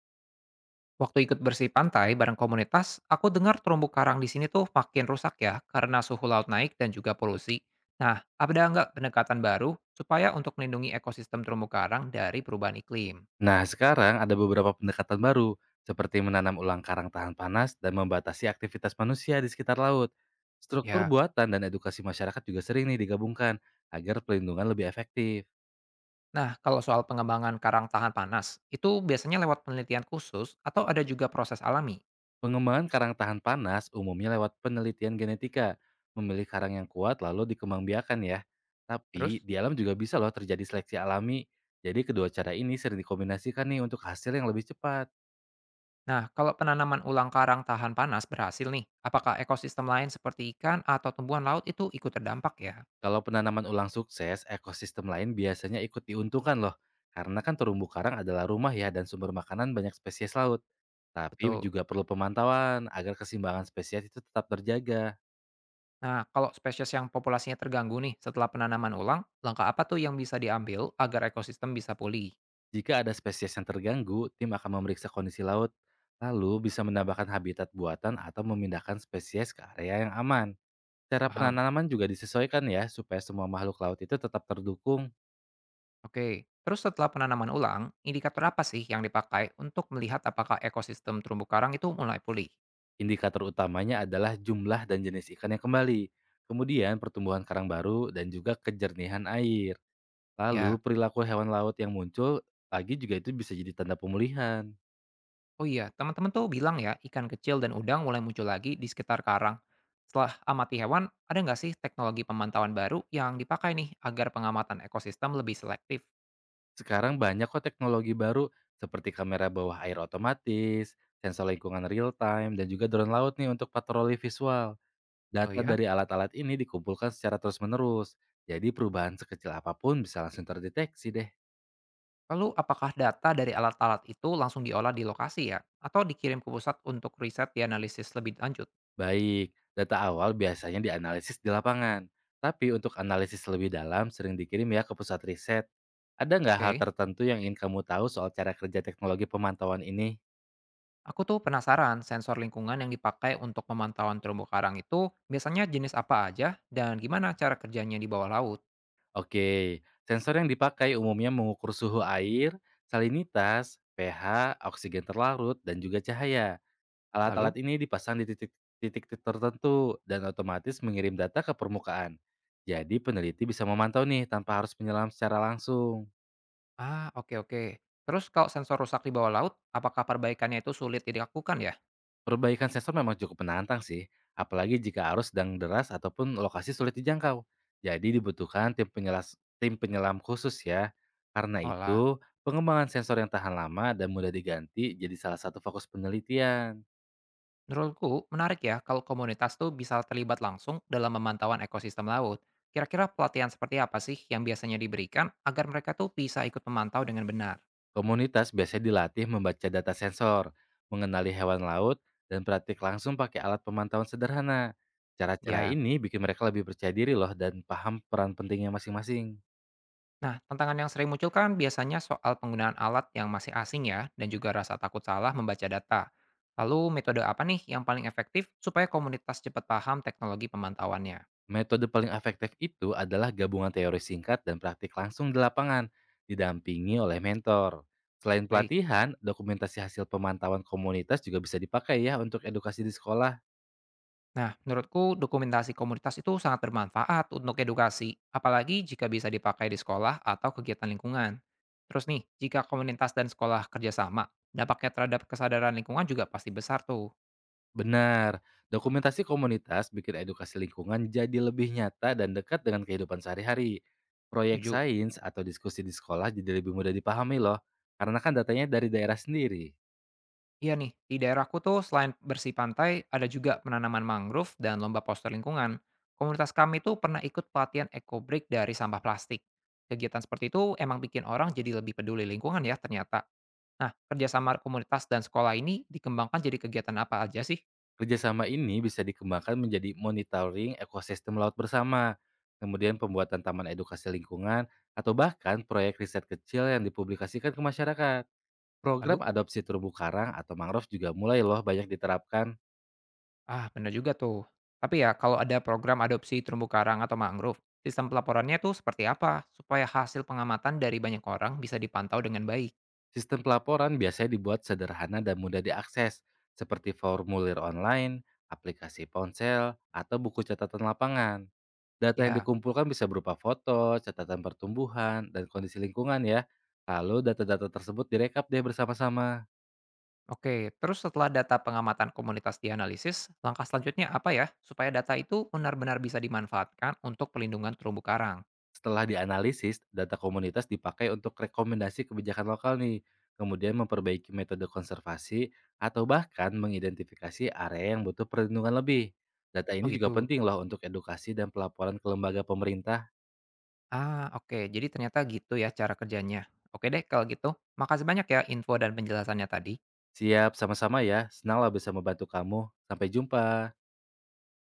Waktu ikut bersih pantai bareng komunitas, aku dengar terumbu karang di sini tuh makin rusak ya karena suhu laut naik dan juga polusi. Nah, ada nggak pendekatan baru supaya untuk melindungi ekosistem terumbu karang dari perubahan iklim? Nah, sekarang ada beberapa pendekatan baru, seperti menanam ulang karang tahan panas dan membatasi aktivitas manusia di sekitar laut. Struktur Ya. buatan dan edukasi masyarakat juga sering nih digabungkan agar pelindungan lebih efektif. Nah, kalau soal pengembangan karang tahan panas, itu biasanya lewat penelitian khusus atau ada juga proses alami? Pengembangan karang tahan panas umumnya lewat penelitian genetika, memilih karang yang kuat lalu dikembangbiakan ya. Terus? Tapi di alam juga bisa loh terjadi seleksi alami. Jadi kedua cara ini sering dikombinasikan nih untuk hasil yang lebih cepat. Nah, kalau penanaman ulang karang tahan panas berhasil nih, apakah ekosistem lain seperti ikan atau tumbuhan laut itu ikut terdampak ya? Kalau penanaman ulang sukses, ekosistem lain biasanya ikut diuntungkan loh. Karena kan terumbu karang adalah rumah ya dan sumber makanan banyak spesies laut. Tapi Betul. juga perlu pemantauan agar keseimbangan spesies itu tetap terjaga. Nah, kalau spesies yang populasinya terganggu nih setelah penanaman ulang, langkah apa tuh yang bisa diambil agar ekosistem bisa pulih? Jika ada spesies yang terganggu, tim akan memeriksa kondisi laut. Lalu bisa menambahkan habitat buatan atau memindahkan spesies ke area yang aman. Cara Paham? penanaman juga disesuaikan ya supaya semua makhluk laut itu tetap terdukung. Oke. Terus setelah penanaman ulang, indikator apa sih yang dipakai untuk melihat apakah ekosistem terumbu karang itu mulai pulih? Indikator utamanya adalah jumlah dan jenis ikan yang kembali, kemudian pertumbuhan karang baru dan juga kejernihan air. Lalu Ya. perilaku hewan laut yang muncul lagi juga itu bisa jadi tanda pemulihan. Oh iya, teman-teman tuh bilang ya, ikan kecil dan udang mulai muncul lagi di sekitar karang. Setelah amati hewan, ada nggak sih teknologi pemantauan baru yang dipakai nih agar pengamatan ekosistem lebih selektif? Sekarang banyak kok teknologi baru seperti kamera bawah air otomatis, sensor lingkungan real time, dan juga drone laut nih untuk patroli visual. Oh Data ya? dari alat-alat ini dikumpulkan secara terus-menerus, jadi perubahan sekecil apapun bisa langsung terdeteksi deh. Lalu apakah data dari alat-alat itu langsung diolah di lokasi ya? Atau dikirim ke pusat untuk riset dianalisis lebih lanjut? Baik, data awal biasanya dianalisis di lapangan. Tapi untuk analisis lebih dalam sering dikirim ya ke pusat riset. Ada nggak hal Oke. tertentu yang ingin kamu tahu soal cara kerja teknologi pemantauan ini? Aku tuh penasaran sensor lingkungan yang dipakai untuk pemantauan terumbu karang itu biasanya jenis apa aja dan gimana cara kerjanya di bawah laut. Oke, sensor yang dipakai umumnya mengukur suhu air, salinitas, pH, oksigen terlarut, dan juga cahaya. Lalu? Alat-alat ini dipasang di titik titik tertentu dan otomatis mengirim data ke permukaan. Jadi peneliti bisa memantau nih tanpa harus menyelam secara langsung. Ah, oke oke. Terus kalau sensor rusak di bawah laut, apakah perbaikannya itu sulit dilakukan ya? Perbaikan sensor memang cukup menantang sih, apalagi jika arus sedang deras ataupun lokasi sulit dijangkau. Jadi dibutuhkan tim penyelam khusus ya. Karena Olah. itu, pengembangan sensor yang tahan lama dan mudah diganti jadi salah satu fokus penelitian. Menurutku, menarik ya kalau komunitas tuh bisa terlibat langsung dalam pemantauan ekosistem laut. Kira-kira pelatihan seperti apa sih yang biasanya diberikan agar mereka tuh bisa ikut memantau dengan benar? Komunitas biasanya dilatih membaca data sensor, mengenali hewan laut, dan praktik langsung pakai alat pemantauan sederhana. Cara-cara Ya, ini bikin mereka lebih percaya diri loh dan paham peran pentingnya masing-masing. nah tantangan yang sering muncul kan biasanya soal penggunaan alat yang masih asing ya, dan juga rasa takut salah membaca data. Lalu metode apa nih yang paling efektif supaya komunitas cepat paham teknologi pemantauannya? Metode paling efektif itu adalah gabungan teori singkat dan praktik langsung di lapangan, didampingi oleh mentor. Selain Baik. pelatihan, dokumentasi hasil pemantauan komunitas juga bisa dipakai ya untuk edukasi di sekolah. Nah, menurutku dokumentasi komunitas itu sangat bermanfaat untuk edukasi, apalagi jika bisa dipakai di sekolah atau kegiatan lingkungan. Terus nih, jika komunitas dan sekolah kerjasama, dampaknya terhadap kesadaran lingkungan juga pasti besar tuh. Benar, dokumentasi komunitas bikin edukasi lingkungan jadi lebih nyata dan dekat dengan kehidupan sehari-hari. Proyek Tujuh. sains atau diskusi di sekolah jadi lebih mudah dipahami loh, karena kan datanya dari daerah sendiri. Iya nih, di daerahku tuh selain bersih pantai, ada juga penanaman mangrove dan lomba poster lingkungan. Komunitas kami tuh pernah ikut pelatihan eco break dari sampah plastik. Kegiatan seperti itu emang bikin orang jadi lebih peduli lingkungan ya ternyata. Nah, kerjasama komunitas dan sekolah ini dikembangkan jadi kegiatan apa aja sih? Kerjasama ini bisa dikembangkan menjadi monitoring ekosistem laut bersama, kemudian pembuatan taman edukasi lingkungan, atau bahkan proyek riset kecil yang dipublikasikan ke masyarakat. Program Lalu? adopsi terumbu karang atau mangrove juga mulai loh banyak diterapkan. Ah, benar juga tuh. Tapi ya, kalau ada program adopsi terumbu karang atau mangrove, sistem pelaporannya tuh seperti apa supaya hasil pengamatan dari banyak orang bisa dipantau dengan baik? Sistem pelaporan biasanya dibuat sederhana dan mudah diakses, seperti formulir online, aplikasi ponsel, atau buku catatan lapangan. Data yang Ya, dikumpulkan bisa berupa foto, catatan pertumbuhan, dan kondisi lingkungan ya. Lalu data-data tersebut direkap deh bersama-sama. oke. Terus setelah data pengamatan komunitas dianalisis, langkah selanjutnya apa ya supaya data itu benar-benar bisa dimanfaatkan untuk pelindungan terumbu karang? Setelah dianalisis, data komunitas dipakai untuk rekomendasi kebijakan lokal nih. Kemudian memperbaiki metode konservasi atau bahkan mengidentifikasi area yang butuh perlindungan lebih. Data ini Oh juga gitu. penting loh untuk edukasi dan pelaporan ke lembaga pemerintah. Ah, oke. Jadi ternyata gitu ya cara kerjanya. Oke deh kalau gitu. Makasih banyak ya info dan penjelasannya tadi. Siap, sama-sama ya. Senang lah bisa membantu kamu. Sampai jumpa.